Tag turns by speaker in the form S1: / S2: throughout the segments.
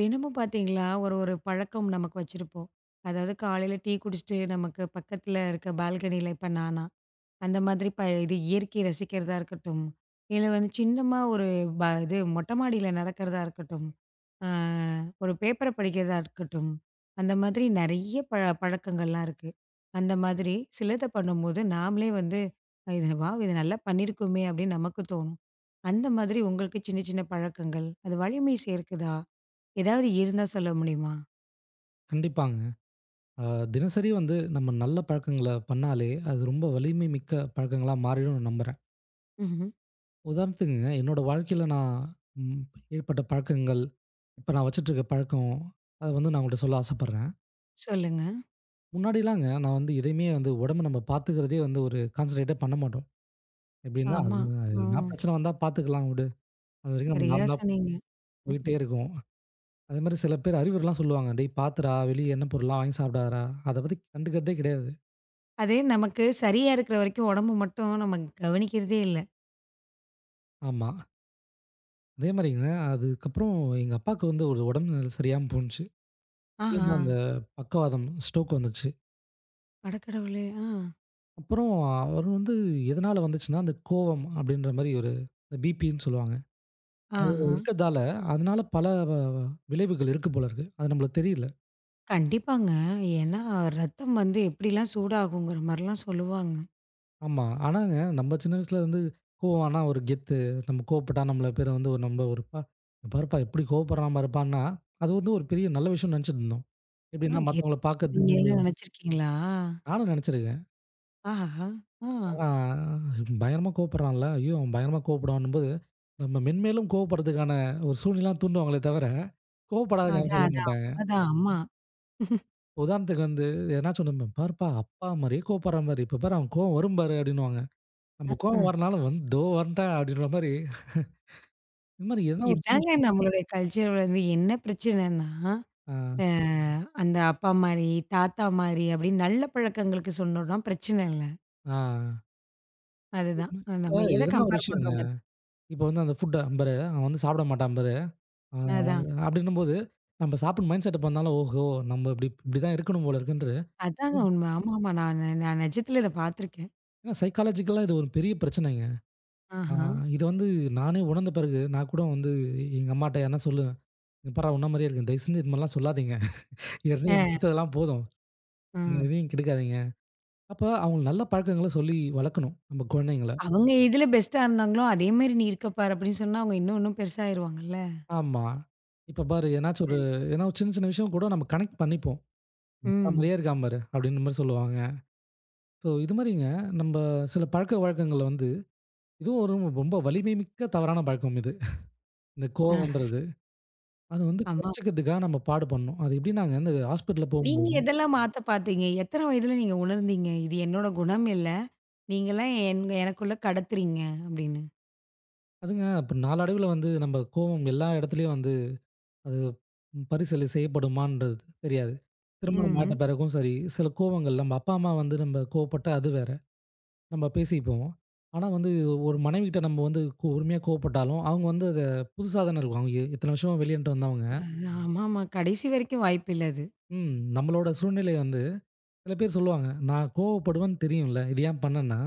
S1: தினமும் பார்த்தீங்களா, ஒரு ஒரு பழக்கம் நமக்கு வச்சிருப்போம். அதாவது காலையில டீ குடிச்சுட்டு நமக்கு பக்கத்துல இருக்க பால்கனியில இப்ப நானா, அந்த மாதிரி ப இது இயற்கையை ரசிக்கிறதா இருக்கட்டும், இல்ல வந்து சின்னமா ஒரு ப இது மொட்டை மாடியில நடக்கிறதா இருக்கட்டும், ஆ, ஒரு பேப்பர படிக்கிறதா இருக்கட்டும், அந்த மாதிரி நெறைய பழக்கங்கள்லாம் இருக்கு. அந்த மாதிரி சிலத பண்ணும்போது நாமளே வந்து, "இது வாவ்! இது நல்லா பண்ணியிருக்கோமே" அப்படின்னு நமக்கு தோணும். அந்த மாதிரி உங்களுக்கு சின்ன சின்ன பழக்கங்கள், அது வலிமை சேர்க்குதா? ஏதாவது இருந்தா சொல்ல முடியுமா?
S2: கண்டிப்பாங்க. அ தினசரி வந்து நம்ம நல்ல பழக்கங்கள பண்ணாலே, அது ரொம்ப வலிமை மிக்க பழக்கங்களா மாறிடும்னு நம்புறேன்.
S1: ம்ஹ்ம்.
S2: உதாரணத்துக்குங்க, என்னோட வாழ்க்கையில நான் ம் ஏற்பட்ட பழக்கங்கள், இப்ப நான் வச்சுட்டுருக்க பழக்கம், அத வந்து நான் உங்கள்ட்ட சொல்ல ஆசைப்படுறேன்.
S1: சொல்லுங்க.
S2: முன்னாடிலாங்க நான் வந்து எதையுமே வந்து உடம்ப நம்ம பார்த்துக்கிறதே வந்து ஒரு கான்சன்ட்ரேட்டே பண்ண மாட்டோம். எப்படின்னா, அது
S1: ஆமா.
S2: எதுனா
S1: ம்.
S2: பிரச்சனை வந்தா பார்த்துக்கலாம் விடு. அது வரைக்கும் நம்ம
S1: சரியா
S2: நார்மலா
S1: சொன்னீங்க.
S2: போயிட்டே
S1: ம்.
S2: இருக்கும். அதேமாரி சில பேர் அறிவுரைலாம் சொல்லுவாங்க. "டேய்! பார்த்துடா, வெளிய எண்ணெய் பொருள்லாம் வாங்கி சாப்பிடாதடா." அத பத்தி கண்டுக்கிறதே கிடையாது.
S1: அது நமக்கு சரியா இருக்கிற வரைக்கும் உடம்பு மட்டும் நம்ம கவனிக்கிறதே இல்ல.
S2: ஆமா. அதே மாரிங்க, அதுக்கப்புறம் எங்க அப்பாவுக்கு வந்து ஒரு உடம்பு நிலை சரியாம போணுச்சு.
S1: ஆஹா!
S2: எப்படின்னா அந்த பக்கவாதம், ஸ்ட்ரோக் வந்துச்சு.
S1: அடக்கடவுளே! ஆ.
S2: அப்புறம் அவர் வந்து எதனால வந்துச்சுன்னா, அந்த கோவம் அப்படின்ற மாரி ஒரு இந்த பிபின்னு சொல்லுவாங்க. அது
S1: ஆஹா!
S2: இருக்கிறதால, அதனால பல வ வ விளைவுகள் இருக்கு போல இருக்கு. அது நம்மளுக்கு தெரியல.
S1: கண்டிப்பாங்க. ஏன்னா ரத்தம் வந்து எப்படிலாம் சூடாகுங்கிற மாரிலாம் சொல்லுவாங்க.
S2: ஆமா. ஆனாங்க நம்ம சின்ன வயசுல வந்து கோவம் ஆனா ஒரு கெத்து. நம்ம கோவப்பட்டா நம்மள பேர வந்து ஒரு நம்ம ஒரு பாருப்பா எப்படி கோவப்படுறான் பாருப்பான்னா, அது வந்து ஒரு பெரிய நல்ல விஷயம்னு நெனைச்சுட்டு இருந்தோம்.
S1: அ
S2: எப்படின்னா
S1: கெத்
S2: மத்தவங்கள
S1: நீங்க
S2: பார்க்கறதுக்கு
S1: எல்லாம் நினைச்சிருக்கீங்களா?
S2: நானும் நெனைச்சிருக்கேன்.
S1: ஆஹா! ஆ.
S2: ஆ பயங்கரமா கோவப்படுறான்ல. ஐயோ! அவன் பயங்கரமா கோவப்படுவான்னும்போது, நம்ம மென்மேலும் கோவப்படுறதுக்கான ஒரு சூழ்நிலைலாம் தூண்டுவாங்களே தவிர, கோவப்படாதன்னு யாரும்
S1: அதான்,
S2: சொல்ல
S1: அதான்.
S2: மாட்டாங்க.
S1: அதான். ஆமா.
S2: உதாரணத்துக்கு வந்து எதனாச்சும் நம்ம "பாருப்பா அப்பா மாரியே கோவப்படுற மாரி. இப்ப பாரு அவன் கோவம் வரும் பாரு" அப்படின்னுவாங்க. நம்ம கோவம்
S1: ம்.
S2: வரனாலும் வந்து "தோ வந்துட்டேன்" அப்படின்ற மாரி இந்த மாரி எதனா ஒரு சின்ன
S1: இதாங்க
S2: விஷயம்.
S1: நம்மளுடைய கல்ச்சர் வந்து என்ன பிரச்சனைன்னா அந்த அப்பா மாரி, தாத்தா மாரி அப்படின்னு நல்ல பழக்கங்களுக்கு சொன்னோம்னா பிரச்சனை இல்ல.
S2: ஆ, ஆ.
S1: அதுதான்.
S2: இப்ப
S1: நம்ம எத
S2: எதனா ஒரு
S1: கம்பேர்
S2: விஷயங்க.
S1: பண்றோம் பாத்தீங்க
S2: இப்ப வந்து அந்த ஃபுட்ட பாரு அவன் வந்து சாப்பிட மாட்டான் பாரு. ஆ
S1: அதான்.
S2: அப்படின்னும்போது, நம்ம சாப்பிட்டு மைண்ட் செட்டப் பண்ணாலும், ஓஹோ! நம்ம இப்படி இப்படிதான் இருக்கணும் போல இருக்குன்ட்டு
S1: அதாங்க உண்ம. ஆமாமா. நான் நிஜத்துல இத பாத்துருக்கேன்.
S2: ஏன்னா சைக்காலஜிக்கலா இது ஒரு பெரிய பிரச்சனைங்க. ஆ
S1: ஆஹா.
S2: இது வந்து நானே உணர்ந்த பிறகு, நான் கூட வந்து எங்க அம்மாட்ட யாருனா சொல்லுவேன். "இங்க பார்றா உன்ன மாரியே இருக்கேன். தயவு செஞ்சு இது மாரிலாம் சொல்லாதீங்க. ஏற்கனவே எனக்கு
S1: அ,
S2: கெட்டதெல்லாம் போதும். நீங்க
S1: ம்.
S2: எதையும் கெடுக்காதீங்க." அப்ப அவங்க நல்ல பழக்கங்கள சொல்லி வளர்க்கணும், நம்ம குழந்தைங்கள.
S1: அவங்க எதுல பெஸ்ட்டா இருந்தாங்களோ, அதே மாரி நீ இருக்க பாரு அப்படின்னு சொன்னா, அவங்க இன்னும் இன்னும் பெருசாயிருவாங்கல்ல.
S2: ஆமா. இப்ப பாரு ஏதனாச்சும்
S1: சரி.
S2: ஒரு ஏன்னா ஒரு சின்ன சின்ன விஷயம் கூட நம்ம கனெக்ட் பண்ணிப்போம். "உன்ன
S1: ம்.
S2: மாரியே இருக்கான் பாரு" அப்படின்ற மாரி சொல்லுவாங்க. ஸோ இது மாரிங்க நம்ம சில பழக்கவழக்கங்கள வந்து இதுவும் ஒரு ரொம்ப வலிமை மிக்க தவறான பழக்கம் இது. இந்த
S1: அ,
S2: கோவம்ன்றது. அத வந்து
S1: ஆமா.
S2: குறைச்சுக்கிறதுக்காக நம்ம பாடு படணும். அது எப்படின்னாங்க, இந்த ஹாஸ்பிட்டல்ல
S1: நீங்க
S2: போகும்போது
S1: எதெல்லாம் மாத்த பாத்தீங்க? எத்தன வயதுல நீங்க உணர்ந்தீங்க? இது என்னோட குணம் இல்ல. நீங்கலாம் எனக்குள்ள கடத்துறீங்க அப்படின்னு?
S2: அதுங்க இப்ப நாளடைவில வந்து நம்ம கோவம் எல்லா இடத்துலயும் வந்து அது பரிசீலனை செய்யப்படுமான்றது தெரியாது. திருமணம் ஆயிட்ட
S1: ம்.
S2: பிறகும் சரி, சில கோவங்கள் நம்ம அப்பா, அம்மா வந்து நம்ம கோவப்பட்டா அது வேற. நம்ம பேசிப்போம். ஆனா வந்து ஒரு மனைவிகிட்ட நம்ம வந்து கு உரிமையா கோவப்பட்டாலும், அவங்க வந்து அத புதுசா தானே இருக்கும். அவங்க இத்தன வருஷமா வெளியின்ட்டு வந்தவங்க.
S1: ஆமாமா. கடைசி வரைக்கும் வாய்ப்பு இல்ல அது.
S2: ம் நம்மளோட சூழ்நிலை வந்து சில பேர் சொல்லுவாங்க, "நான் கோவப்படுவேன்னு தெரியும்ல. இது ஏன் பண்ணேன்னா?"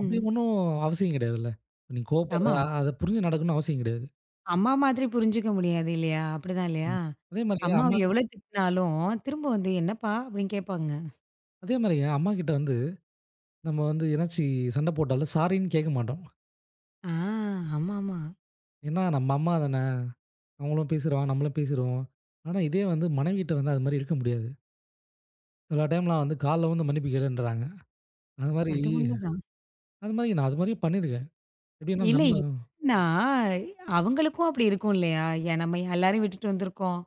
S2: அப்படி ஒண்ணும் அவசியம் கிடையாதுல்ல. நீ கோவப்படுற
S1: ஆமா, ஆமா.
S2: அத புரிஞ்சு நடக்கணும்னு அவசியம் கிடையாது.
S1: அம்மா மாதிரி புரிஞ்சுக்க முடியாது இல்லையா? அப்படிதான் இல்லையா?
S2: ம். அதே மாரிங்க
S1: அம்மாவ
S2: அம்மா
S1: எவ்வளோ திட்டினாலும், திரும்ப வந்து "என்னப்பா?" அப்படின்னு கேட்பாங்க.
S2: அதே மாரிங்க அம்மாகிட்ட வந்து நம்ம வந்து எதனாச்சு சண்ட போட்டாலும் சாரின்னு கேட்க மாட்டோம்.
S1: ஆ, ஆமாமா.
S2: ஏன்னா நம்ம அம்மா தானே! அவங்களும் பேசிருவாங்க, நம்மளும் பேசிருவோம். ஆனா இதே வந்து மனைவிட்ட வந்து அது மாரி இருக்க முடியாது. சில டைம்லாம் வந்து கால்ல விழுந்து மன்னிப்பு கேளுன்றாங்க. அது மாரி
S1: அது உண்மைதான்.
S2: அது மாரி நான் அது மாரியும் பண்ணியிருக்கேன். எப்படின்னா
S1: இல்ல
S2: நம்ம
S1: ஏன்னா, அவங்களுக்கும் அப்படி இருக்கும் இல்லையா? ஏ நம்ம எல்லாரையும் விட்டுட்டு வந்திருக்கோம்.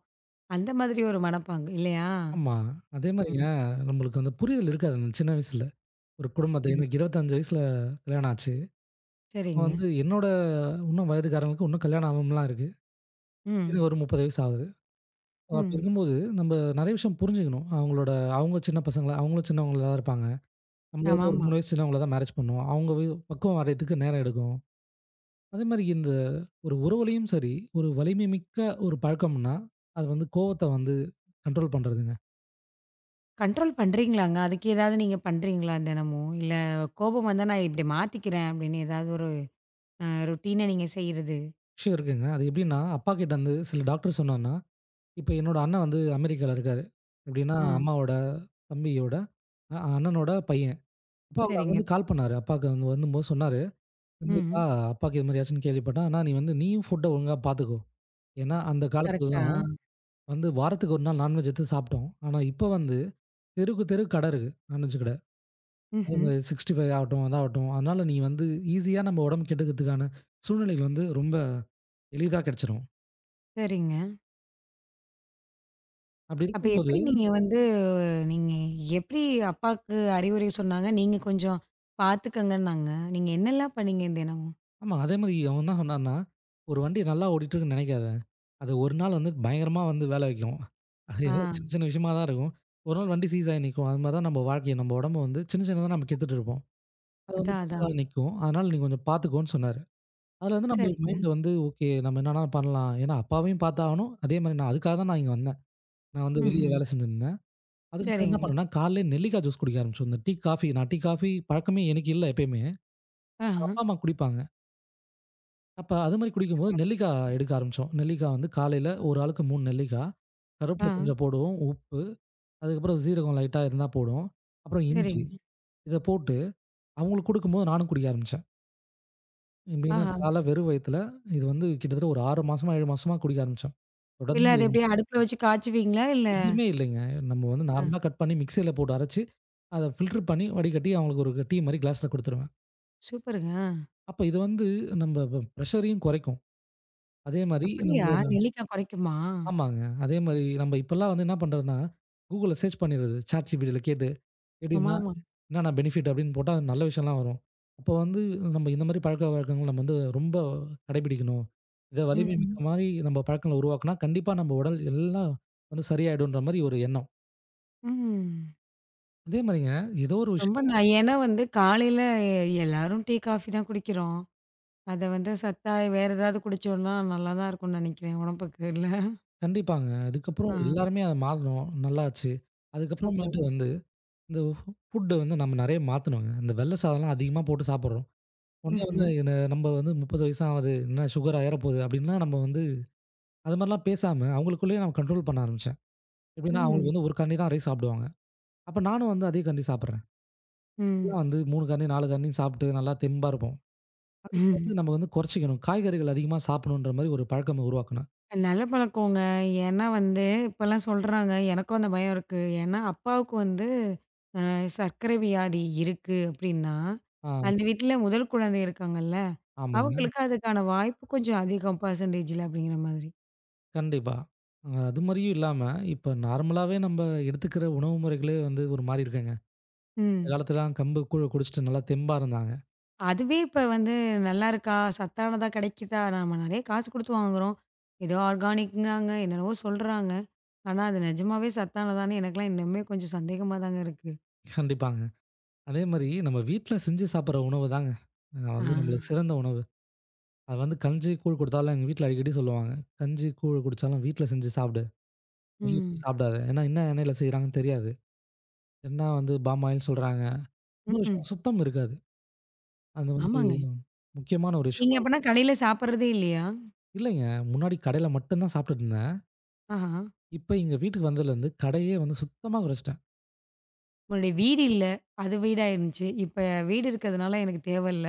S1: அந்த மாதிரி ஒரு மனப்பாங்கு இல்லையா?
S2: ஆமா. அதே
S1: ம்,
S2: மாரிங்க நம்மளுக்கு அந்த புரிதல் இருக்காது அந்த சின்ன வயசுல. ஒரு குடும்பத்த
S1: ம்.
S2: எனக்கு 25 வயசுல கல்யாணம் ஆச்சு. அப்ப
S1: சரிங்க.
S2: வந்து என்னோட இன்னும் வயதுக்காரங்களுக்கு இன்னும் கல்யாணம் ஆகாமலாம் இருக்கு.
S1: ம்,
S2: எனக்கு ஒரு 30 வயசு ஆகுது. அப்படி
S1: ம்.
S2: இருக்கும்போது, நம்ப நெறைய விஷயம் புரிஞ்சுக்கணும். அவங்களோட அவங்க சின்ன பசங்களா அவங்களும் சின்னவங்களா தான் இருப்பாங்க. நம்மளோட ஒரு
S1: ஆமாமா.
S2: 3 வயசு சின்னவங்கள தான் மேரேஜ் பண்ணுவோம். அவங்க வி பக்குவம் வர்றதுக்கு நேரம் எடுக்கும். அதேமாரி இந்த ஒரு உறவுலயும் சரி, ஒரு வலிமை மிக்க ஒரு பழக்கம்ன்னா, அது வந்து கோவத்த வந்து கண்ட்ரோல் பண்றதுங்க.
S1: கண்ட்ரோல் பண்றீங்களாங்க? அதுக்கு ஏதாவது நீங்க பண்றீங்களா தினமும்? இல்ல கோபம் வந்தா நான் இப்படி மாத்திக்கிறேன் அப்படின்னு ஏதாவது ஒரு ரொட்டீனா நீங்க செய்றது?
S2: விஷயம் இருக்குங்க. அது எப்படின்னா, அப்பா கிட்ட வந்து சில டாக்டர் சொன்னார்ன்னா, இப்ப என்னோட அண்ணன் வந்து அமெரிக்கால இருக்காரு. எப்படின்னா,
S1: ம்.
S2: அம்மாவோட தம்பியோட அண்ணனோட பையன். அப்பா அவரு
S1: சரிங்க.
S2: அங்கருந்து கால் பண்ணாரு. அப்பாவுக்கு அங்க வந்தும்போது சொன்னாரு. இது
S1: ம்ஹ்ம்.
S2: மாரிப்பா, அப்பாக்கு இது மாரி ஆச்சுன்னு கேள்விப்பட்டேன். ஆனா நீ வந்து நீயும் ஃபுட்ட ஒழுங்கா பார்த்துக்கோ. ஏன்னா, அந்த
S1: கரெக்ட்டா?
S2: காலத்துலலாம் வந்து வாரத்துக்கு ஒரு நாள் நான்வெஜ் எடுத்து சாப்பிட்டோம். ஆனா இப்ப வந்து தெருக்கு தெரு கடை இருக்கு. நான்வெஜ் கடை. அதே
S1: ம்ஹ்ம்.
S2: மாரி 65 ஆகட்டும், அதாகட்டும். அதனால நீ வந்து ஈஸியா நம்ம உடம்பு கெட்டுக்கிறதுக்கான சூழ்நிலைகள் வந்து ரொம்ப எளிதா கிடைச்சிரும்.
S1: சரிங்க.
S2: அப்படி
S1: அப்ப
S2: இருக்கும்போது
S1: எப்படி நீங்க வந்து நீங்க எப்படி அப்பாக்கு அறிவுரை சொன்னாங்க? நீங்க கொஞ்சம் பார்த்துக்கங்கன்னாங்க. நீங்க என்னலாம் பண்ணீங்க தினமும்?
S2: ஆமா, அதே மாரி அவன் என்ன சொன்னான்னா, "ஒரு வண்டி நல்லா ஓடிட்டுருக்குன்னு நெனைக்காத. அது ஒரு நாள் வந்து பயங்கரமா வந்து வேலை வைக்கும். அது
S1: ஆ.
S2: ஏதோ சின்ன சின்ன விஷயமா தான் இருக்கும். ஒரு நாள் வண்டி சீஸ் ஆகி நிக்கும்." அது மாரி தான் நம்ம வாழ்க்கைய, நம்ம உடம்ப வந்து சின்ன சின்னதா நம்ம கெடுத்துட்டு இருப்போம். அது வந்து
S1: அதான்,
S2: பெருசா
S1: அதான்.
S2: நிக்கும். அதனால நீ கொஞ்சம் பார்த்துக்கோன்னு சொன்னாரு. அதுல வந்து நம்ம
S1: சரிங்க.
S2: மைண்ட் வந்து ஓகே நம்ம என்னன்னா பண்ணலாம். ஏன்னா அப்பாவையும் பார்த்தாகணும். அதே மாரி நான் அதுக்காக தான் நான் இங்க வந்தேன். நான் வந்து ம். வெளிய
S1: ம்ஹ்ம்.
S2: வேலை செஞ்சிருந்தேன். அதுக்கப்புறம் என்ன
S1: சரிங்க.
S2: பண்ணேன்னா, காலையிலே நெல்லிக்காய் ஜூஸ் குடிக்க ஆரம்பிச்சோம். இந்த டீ, காஃபி நான் டீ, காஃபி பழக்கமே எனக்கு இல்ல எப்பயுமே.
S1: ஆஹா.
S2: அப்பா, அம்மா குடிப்பாங்க. அப்ப அது மாரி குடிக்கும்போது நெல்லிக்காய் எடுக்க ஆரம்பிச்சோம். நெல்லிக்காய் வந்து காலையில ஒரு ஆளுக்கு 3 நெல்லிக்காய்,
S1: ஆ.
S2: கருவேப்பில கொஞ்சம் போடுவோம், உப்பு, அதுக்கப்புறம் சீரகம் லைட்டா இருந்தா போடுவோம். அப்புறம் இஞ்சி.
S1: சரிங்க.
S2: இத போட்டு அவங்களுக்கு குடுக்கும்போது நானும் குடிக்க ஆரம்பிச்சேன். எப்படின்னா
S1: ஆஹா.
S2: காலைல வெறும் வயித்துல, இது வந்து கிட்டத்தட்ட ஒரு 6 மாசமா, 7 மாசமா குடிக்க ஆரம்பிச்சோம்.
S1: இல்ல
S2: தொடர்ந்து
S1: அது எப்படியா அடுப்புல வச்சு காய்ச்சுவீங்களா? இல்ல
S2: எதுவுமே இல்லைங்க. நம்ம வந்து
S1: அ
S2: நார்மலா கட் பண்ணி மிக்ஸியில போட்டு அரைச்சு, அத ஃபில்டர் பண்ணி வடிகட்டி அவங்களுக்கு ஒரு டீ மாரி கிளாஸ்ல குடுத்துருவேன்.
S1: சூப்பருங்க. ஆ.
S2: அப்ப இது வந்து நம்ம ப பிரஷரையும் குறைக்கும். அதே மாரி
S1: அப்படியா?
S2: நம்ம
S1: நெல்லிக்காய் குறைக்குமா?
S2: ஆமாங்க. அதே மாரி நம்ம இப்பலாம் வந்து என்ன பண்றதுன்னா, Googleல சர்ச் பண்ணிடுறது. ChatGPTல கேட்டு எப்படின்னா,
S1: ஆமாமா.
S2: என்னென்ன பெனிஃபிட் அப்படின்னு போட்டா நல்ல விஷயம்லாம் வரும். அப்போ வந்து நம்ம இந்த மாரி பழக்கவழக்கங்கள் நம்ம வந்து ரொம்ப கடைபிடிக்கணும். இத வலிமை
S1: ம்ஹ்ம்.
S2: மிக்க மாரி நம்ம பழக்கங்கள உருவாக்குனா, கண்டிப்பா நம்ம உடல் எல்லாம் வந்து சரியாயிடுன்ற மாரி ஒரு எண்ணம்.
S1: ம்.
S2: அதே மாரிங்க ஏதோ ஒரு
S1: ரொம்ப
S2: விஷயம்
S1: ந ஏன்னா வந்து காலையில எல்லாரும் டீ, காஃபி தான் குடிக்கிறோம். அத வந்து சத்தா வேற ஏதாவது குடிச்சோம்னா நல்லா தான் இருக்கும்னு நினைக்கிறேன் உடம்புக்கு இல்ல?
S2: கண்டிப்பாங்க.
S1: ஆ
S2: அதுக்கப்புறம் எல்லாருமே அத மாறணும். நல்லாச்சு. அதுக்கப்புறமேட்டு
S1: சூப்பர்.
S2: வந்து இந்த ஃபுட்ட வந்து நம்ம நெறைய மாத்தணுங்க. இந்த வெள்ள சாதம்லாம் அதிகமா போட்டு சாப்பிடுறோம். உடனே வந்து
S1: ம்ஹ்ம்.
S2: என்ன நம்ம வந்து 30 வயசு ஆகுது. என்ன சுகர் ஏறப்போகுது அப்படின்னா நம்ம வந்து அது மாதிரிலாம் பேசாம அவங்களுக்குள்ளேயே நான் கண்ட்ரோல் பண்ண ஆரம்பிச்சேன். எப்படின்னா ம்.
S1: ம்.
S2: அவங்களுக்கு வந்து 1 கண்ணி தான் ரைஸ் சாப்பிடுவாங்க. அப்ப நானும் வந்து அதே கண்ணி சாப்பிடுறேன்.
S1: ம்.
S2: அப்பலாம் வந்து 3 கண்ணி 4 கண்ணி சாப்பிட்டு நல்லா தெம்பா இருப்போம். ஆனா இப்ப
S1: ம்.
S2: வந்து நம்ம வந்து குறைச்சிக்கணும். காய்கறிகள் அதிகமா சாப்பிடணுன்ற மாதிரி ஒரு பழக்கம் உருவாக்கணும்.
S1: நல்ல பழக்கங்க. ஏன்னா வந்து இப்பலாம் சொல்றாங்க. எனக்கும் அந்த பயம் இருக்கு. ஏன்னா அப்பாவுக்கு வந்து சர்க்கரை வியாதி இருக்கு அப்டின்னா,
S2: ஆ
S1: அந்த வீட்ல முதல் குழந்தை இருக்காங்கல்ல,
S2: ஆமாங்க.
S1: அவங்களுக்கு அதுக்கான வாய்ப்பு கொஞ்சம் அதிகம் பெர்சன்டேஜ்ல அப்டிங்கிற மாதிரி.
S2: கண்டிப்பா. அது மாதிரியும் இல்லாம இப்ப நார்மலாவே நம்ம எடுத்துக்கிற உணவு முறைகளே வந்து ஒரு மாறி இருக்குங்க. அந்த
S1: ம்.
S2: காலத்துலலாம் கம்பு கூழ குடிச்சிட்டு நல்லா தெம்பா இருந்தாங்க.
S1: அதுவே இப்ப வந்து நல்லா இருக்கா? சத்தானதா கிடைக்குதா? நம்ம நெறைய காசு குடுத்து வாங்குறோம். ஏதோ ஆர்கானிக்ங்கிறாங்க, என்னென்னவோ சொல்றாங்க. ஆனா, அது நிஜமாவே சத்தானதான்னு எனக்கெல்லாம் இன்னுமே கொஞ்சம் சந்தேகமா தாங்க இருக்கு.
S2: கண்டிப்பாங்க. அதே மாரி நம்ம வீட்ல செஞ்சு சாப்பிடுற உணவு தாங்க. அ
S1: ஆ.
S2: வந்து நம்மளுக்கு சிறந்த உணவு. அது வந்து கஞ்சி, கூழ் குடுத்தாலும் எங்க வீட்ல அடிக்கடி சொல்லுவாங்க. "கஞ்சி, கூழ் குடிச்சாலும் வீட்ல செஞ்சு சாப்பிடு. வெளிய போய்
S1: ம்.
S2: சாப்பிடாத. ஏன்னா என்ன எண்ணெயில செய்றாங்கன்னு தெரியாது. என்ன வந்து பாம் ஆயில்ன்னு சொல்றாங்க. இன்னொரு
S1: ம்ஹ்ம்.
S2: விஷயம் சுத்தம் இருக்காது. அது வந்து
S1: ஆமாங்க.
S2: முக்கியமான ஒரு
S1: நீங்க
S2: விஷயமா இருக்கும்."
S1: அப்பன்னா கடையில சாப்பிடுறதே இல்லையா?
S2: இல்லைங்க. முன்னாடி கடையில மட்டும் தான் சாப்பிட்டுட்டு இருந்தேன்.
S1: ஆஹா.
S2: இப்ப எங்க வீட்டுக்கு வந்ததுலருந்து கடையே வந்து சுத்தமா குறைச்சுட்டேன்.
S1: உங்களுடைய வீடு இல்ல. அது வீடா இருந்துச்சு. இப்ப வீடு இருக்கிறதுனால எனக்கு தேவையில்ல.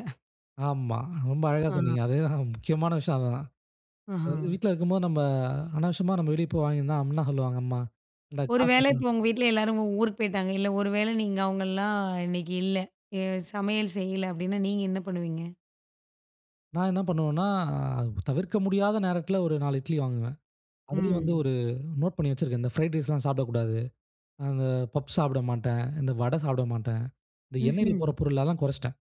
S2: ஆமா. ரொம்ப அழகா
S1: ஆஹா,
S2: சொன்னீங்க. அதேதான் முக்கியமான விஷயம் அதுதான். அது
S1: ஆஹா.
S2: வந்து வீட்ல இருக்கும்போது நம்ம அனாவசியமா நம்ம வெளிய போய் வாங்கியிருந்தா அம்னா சொல்லுவாங்க அம்மா. "ஏன்டா காசு
S1: ஒருவேளை இப்ப உங்க வீட்ல எல்லாரும் ஊருக்கு போயிட்டாங்க. இல்ல ஒருவேளை நீங்க அவங்கலாம் இன்னைக்கு இல்ல. எ சமையல் செய்யல அப்டின்னா நீங்க என்ன பண்ணுவீங்க?
S2: நான் என்ன பண்ணுவேன்னா, தவிர்க்க முடியாத நேரத்தில ஒரு 4 இட்லி வாங்குவேன். அதுலயும் வந்து
S1: ம்.
S2: ஒரு நோட் பண்ணி வச்சிருக்கேன். இந்த ஃப்ரைட் ரைஸ்லாம் சாப்பிடக்கூடாது. அந்த பப் சாப்பிட மாட்டேன். இந்த வடை சாப்பிட மாட்டேன். இந்த எண்ணெயில
S1: ம்ஹ்ம்.
S2: போற பொருளெல்லாம் குறைச்சிட்டேன்.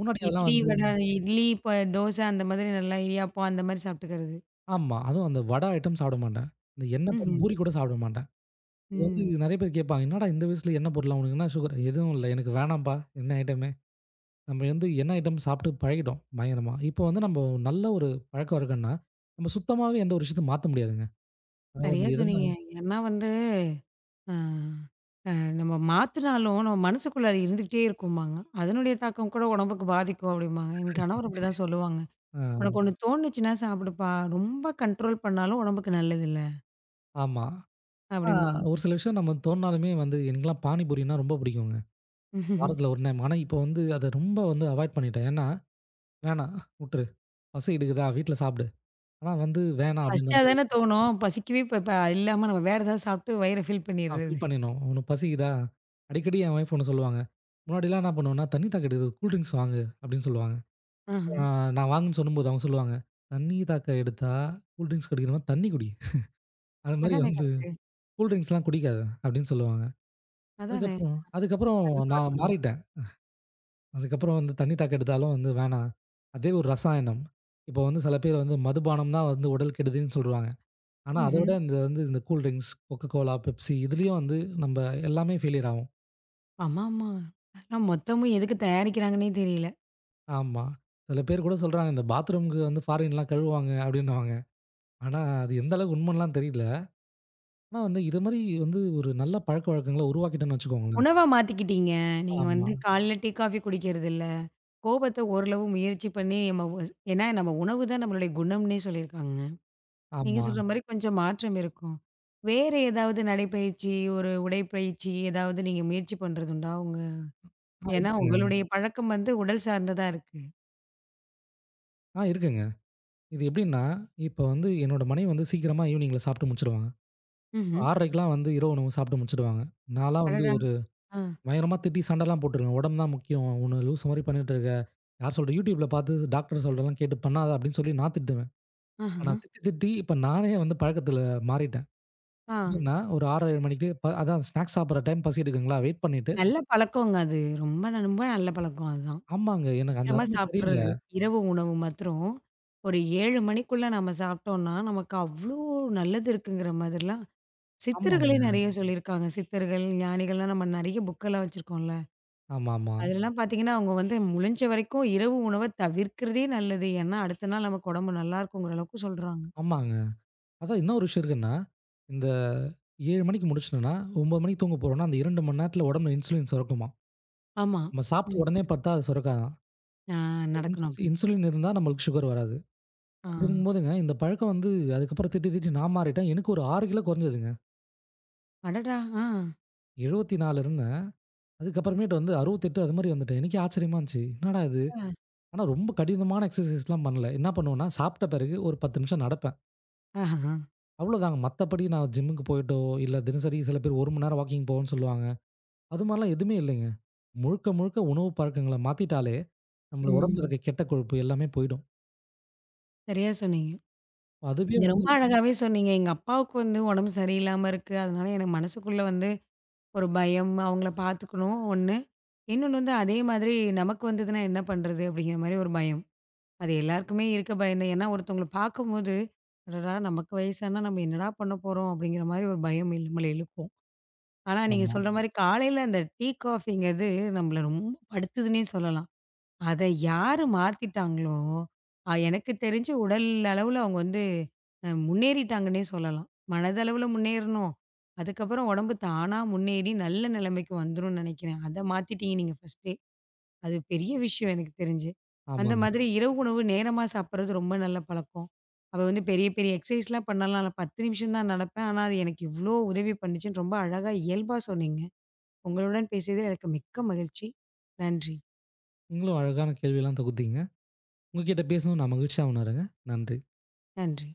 S2: முன்னாடி அதெல்லாம்
S1: இட்லி,
S2: வந்து
S1: வடை, இட்லி, ப தோசை அந்த மாதிரி நல்லா இடியாப்பம் அந்த மாரி சாப்பிட்டுக்கிறது.
S2: ஆமா. அதுவும் அந்த வடை ஐட்டம் சாப்பிட மாட்டேன். இந்த எண்ணெய் பொருள்
S1: ம்ஹ்ம்.
S2: பூரி கூட சாப்பிட மாட்டேன். இது வந்து
S1: ம்.
S2: நிறைய பேர் கேட்பாங்க, "என்னடா இந்த வயசுல எண்ணெய் பொருளா உனக்கு என்ன சுகர்?" எதுவும் இல்ல. எனக்கு வேணாம்ப்பா. எண்ணெய் ஐட்டமே. நம்ம வந்து எண்ணெய் ஐட்டம் சாப்பிட்டு பழகிட்டோம் பயங்கரமா. இப்போ வந்து நம்ம நல்ல ஒரு பழக்கவழக்கம்ன்னா, நம்ம சுத்தமாவே எந்த ஒரு விஷயத்தையும் மாத்த முடியாதுங்க. அதாவது
S1: சரியா
S2: எதுனா
S1: சொன்னீங்க. ஏன்னா வந்து அ அ நம்ம மாத்துனாலும் நம்ம மனசுக்குள்ள அது இருந்துகிட்டே இருக்கும்பாங்க. அதனுடைய தாக்கம் கூட உடம்புக்கு பாதிக்கும் அப்படிம்பாங்க. என் கணவர் அப்படிதான் சொல்லுவாங்க.
S2: ஆ
S1: "உனக்கு ஒண்ணு தோணுச்சுன்னா சாப்பிடுப்பா. ரொம்ப கண்ட்ரோல் பண்ணாலும் உடம்புக்கு நல்லதில்ல."
S2: ஆமா. ஆ
S1: அப்படிம்பாங்க.
S2: ஒரு சில விஷயம் நம்ம தோணுனாலுமே வந்து எனக்கெல்லாம் பானிபூரின்னா ரொம்ப பிடிக்குங்க. வாரத்துல ஒரு டைம். ஆனா, இப்போ வந்து அத ரொம்ப வந்து அவாய்ட் பண்ணிட்டேன். ஏன்னா, "வேணாம் வுட்டுரு. பசி எடுக்குதா வீட்ல சாப்பிடு." ஆனா வந்து வேணாம் அப்படின்ற
S1: பசிச்சா
S2: மாரி
S1: தானே தோணும். பசிக்கவே இப்ப இப்ப இல்லாம நம்ம வேற ஏதாவது சாப்பிட்டு வயிற ஃபில்
S2: நான்
S1: பண்ணிடுறது.
S2: ஃபீல் பண்ணிடணும். "உனக்கு பசிக்குதா?" அடிக்கடி என் ஒய்ஃப் ஒண்ணு சொல்லுவாங்க. முன்னாடிலாம் என்ன பண்ணுவேன்னா, "தண்ணி தாக்க எடுக்குது. கூல் ட்ரிங்க்ஸ் வாங்கு." அப்படின்னு சொல்லுவாங்க. ஆ
S1: ஆஹ.
S2: நான் வாங்குன்னு சொல்லும்போது அவங்க சொல்லுவாங்க, "தண்ணி தாக்க எடுத்தா கூல் ட்ரிங்க்ஸ் குடிக்கிற மாரி தண்ணி குடி. அது மாரி
S1: அதானே
S2: வந்து
S1: கரெக்ட்டு.
S2: கூல் ட்ரிங்க்ஸ்லாம் குடிக்காத." அப்படின்னு சொல்லுவாங்க.
S1: அதானே.
S2: அதுக்கப்புறம் அதுக்கப்புறம்
S1: நல்ல
S2: நான்
S1: பழக்கம் தான்.
S2: மாறிட்டேன். அதுக்கப்புறம் வந்து தண்ணி தாக்கம் எடுத்தாலும் வந்து வேணாம். அதே ஒரு ரசாயனம். இப்போ வந்து சில பேர் வந்து மதுபானம் தான் வந்து உடல் கெடுதின்னு சொல்றாங்க. ஆனா, அத ம். விட
S1: ம்ஹ்ம்.
S2: இந்த வந்து இந்த கூல் ட்ரிங்க்ஸ், Coca-Cola, Pepsi இதுலயும் வந்து நம்ப எல்லாமே ஃபெயிலியர் ஆவோம்.
S1: ஆமாமா. அதெல்லாம் மொத்தமும் எதுக்கு தயாரிக்கிறாங்கன்னே தெரியல.
S2: ஆமா. சில பேர் கூட சொல்றாங்க, இந்த பாத்ரூம்க்கு வந்து ஃபாரின்லாம் கழுவுவாங்க அப்டின்னுவாங்க. ஆனா, அது எந்த அளவுக்கு உண்மன்லாம் தெரியல. ஆனா வந்து இது மாரி வந்து ஒரு நல்ல பழக்கவழக்கங்கள உருவாக்கிட்டோன்னு வச்சுக்கோங்களேன்.
S1: உணவா மாத்திக்கிட்டீங்க. நீங்க
S2: ஆமா,
S1: வந்து காலைல டீ, காஃபி குடிக்கிறது இல்ல. கோபத்த ஓரளவு முயற்சி பண்ணி நம்ம வ ஏன்னா நம்ம உணவு தான் நம்மளுடைய குணம்னே சொல்லியிருக்காங்க. நீங்க
S2: ஆமா.
S1: சொல்ற மாரி கொஞ்சம் மாற்றம் இருக்கும். வேற ஏதாவது நடைப்பயிற்சி, ஒரு உடைப்பயிற்சி ஏதாவது நீங்க முயற்சி பண்றதுண்டா உங்க
S2: ஆ,
S1: ஏன்னா
S2: இருக்குங்க.
S1: உங்களுடைய பழக்கம் வந்து உடல் சார்ந்ததா இருக்கு.
S2: ஆ, இருக்குங்க. இது எப்டின்னா, இப்ப வந்து என்னோட மனைவி வந்து சீக்கிரமா ஈவ்னிங்ல சாப்ட்டு முடிச்சுருவாங்க.
S1: ம்ஹ்ம்.
S2: 6:30க்குலாம் வந்து இரவு உணவு சாப்பிட்டு முடிச்சுடுவாங்க. நான்லாம் வந்து
S1: அடடா!
S2: ஒரு
S1: ஆ.
S2: பயங்கரமா திட்டி சண்டைலாம் போட்டுருக்கேன். "உடம்பு தான் முக்கியம். உன்ன லூசு மாரி பண்ணிட்டு இருக்க. யார் சொல்ற YouTubeல பார்த்து டாக்டர் சொல்றதெல்லாம் கேட்டு பண்ணாத" அப்படின்னு சொல்லி நான் திட்டுவேன். ஆனா
S1: ஆஹ.
S2: திட்டி, திட்டி இப்ப நானே வந்து பழக்கத்துல மாறிட்டேன்.
S1: ஆ.
S2: எப்படின்னா ஒரு 6:30 மணிக்கு ப அதான் ஸ்நாக்ஸ் சாப்பிடுற டைம் பசி எடுக்குங்களா? வெயிட் பண்ணிட்டு
S1: நல்ல பழக்கங்க அது. ரொம்ப ரொம்ப நல்ல பழக்கம் அதான்.
S2: ஆமாங்க. எனக்கு அந்த
S1: சீக்கிரமா
S2: அருமை தெரியல.
S1: சாப்பிட்டுறது. இரவு உணவு மாத்திரம் ஒரு 7 மணிக்குள்ள நம்ம சாப்பிட்டோம்னா, நமக்கு அவ்ளோ நல்லது இருக்குங்கிற மாதிரிலாம் சித்தர்களே
S2: ஆமாங்க.
S1: நெறைய சொல்லியிருக்காங்க. சித்தர்கள், ஞானிகள்லாம் நம்ம நெறைய புக்கெல்லாம் வச்சிருக்கோம்ல.
S2: ஆமாமா.
S1: அதுலலாம் பார்த்தீங்கன்னா, அவங்க வந்து முடிஞ்ச வரைக்கும் இரவு உணவ தவிர்க்கிறதே நல்லது. ஏன்னா, அடுத்த நாள் நமக்கு உடம்பு நல்லா இருக்குங்கிற அளவுக்கு சொல்றாங்க.
S2: ஆமாங்க. அதான் இன்னொரு விஷயம் இருக்குன்னா, இந்த 7:00 மணிக்கு முடிச்சுட்டேன்னா, 9:00 மணிக்கு தூங்க போறோம்னா, அந்த 2 மணி நேரத்துல உடம்புல இன்சுலின் சுரக்குமாம்.
S1: ஆமா.
S2: நம்ம சாப்பிட்ட
S1: ம்.
S2: உடனே பார்த்தா அது சுரக்காதாம்.
S1: ஆ
S2: இன்ஸ்
S1: நடக்கணும் அப்ப.
S2: இன்சுலின் இருந்தா நம்மளுக்கு சுகர் வராது.
S1: ஆ.
S2: அப்படி இருக்கும்போதுங்க, இந்த பழக்கம் வந்து அதுக்கப்புறம் திட்டி திட்டி நான் மாறிட்டேன். எனக்கு ஒரு 6 கிலோ குறைஞ்சதுங்க.
S1: அடடா! ஆ.
S2: 74 இருந்தேன். அதுக்கப்புறமேட்டு வந்து 68 அது மாரி வந்துட்டேன். எனக்கே ஆச்சரியமா இருந்துச்சு. என்னடா இது?
S1: ஆ.
S2: ஆனா ரொம்ப கடினமான எக்ஸர்சைஸ்லாம் பண்ணல. என்ன பண்ணுவேன்னா, சாப்பிட்ட பிறகு ஒரு 10 நிமிஷம் நடப்பேன்.
S1: ஆஹா.
S2: அவ்வளோதாங்க. மத்தபடி நான் ஜிம்முக்கு போயிட்டோ, இல்ல தினசரி சில பேர் 1 மணி நேரம் வாக்கிங் போவோன்னு சொல்லுவாங்க. அது மாரிலாம் எதுவுமே இல்லைங்க. முழுக்க முழுக்க உணவு பழக்கங்கள மாத்திட்டாலே, நம்மள உடம்புல
S1: ம்.
S2: இருக்க கெட்ட கொழுப்பு எல்லாமே போயிடும்.
S1: சரியா சொன்னீங்க.
S2: அதுவே
S1: நீங்க
S2: வந்து
S1: ரொம்ப அழகாவே சொன்னீங்க. எங்க அப்பாவுக்கு வந்து உடம்பு சரியில்லாம இருக்கு. அதனால எனக்கு மனசுக்குள்ள வந்து ஒரு பயம். அவங்கள பார்த்துக்கணும் ஒண்ணு. இன்னொன்னு வந்து அதே மாதிரி நமக்கு வந்ததுன்னா என்ன பண்றது? அப்படிங்கிற மாரி ஒரு பயம். அது எல்லாருக்குமே இருக்க பயம்தான். ஏன்னா ஒருத்தவங்கள பார்க்கும்போது, அடடா! நமக்கு வயசானா நம்ம என்னடா பண்ண போறோம்? அப்படிங்கிற மாரி ஒரு பயம் நம்மள இழுக்கும். ஆனா நீங்க
S2: ஆமா.
S1: சொல்ற ம். மாரி காலையில அந்த டீ, காஃபிங்கிறது நம்மள ரொம்ப படுத்துதுன்னே சொல்லலாம். அத யாரு மாத்திட்டாங்களோ, எனக்கு தெரிஞ்சு உடல் அளவுல அவங்க வந்து முன்னேறிட்டாங்கன்னே சொல்லலாம். மனதளவுல முன்னேறணும். அதுக்கப்புறம் உடம்பு தானா முன்னேறி நல்ல நிலைமைக்கு வந்துரும்னு நெனைக்கிறேன். அத மாத்திட்டீங்க நீங்க ஃபர்ஸ்ட்டே. அது பெரிய விஷயம் எனக்கு தெரிஞ்சு. அந்த
S2: ஆமாங்க.
S1: மாதிரி ம். இரவு உணவு நேரமா சாப்பிடுறது ரொம்ப நல்ல பழக்கம். அவ வந்து பெரிய பெரிய எக்ஸர்சைஸ்லாம் பண்ணலாம். நான் 10 நிமிஷம் தான் நடப்பேன். ஆனா அது எனக்கு இவ்ளோ உதவி பண்ணுச்சுன்னு ரொம்ப அழகா இயல்பா சொன்னீங்க. உங்களுடன் பேசியதில் எனக்கு மிக்க மகிழ்ச்சி. நன்றி,
S2: நீங்களும் அழகான கேள்விலாம் தொகுத்தீங்க. உங்ககிட்ட பேசுனது நான் மகிழ்ச்சியா உணர்றேங்க. நன்றி.
S1: நன்றி.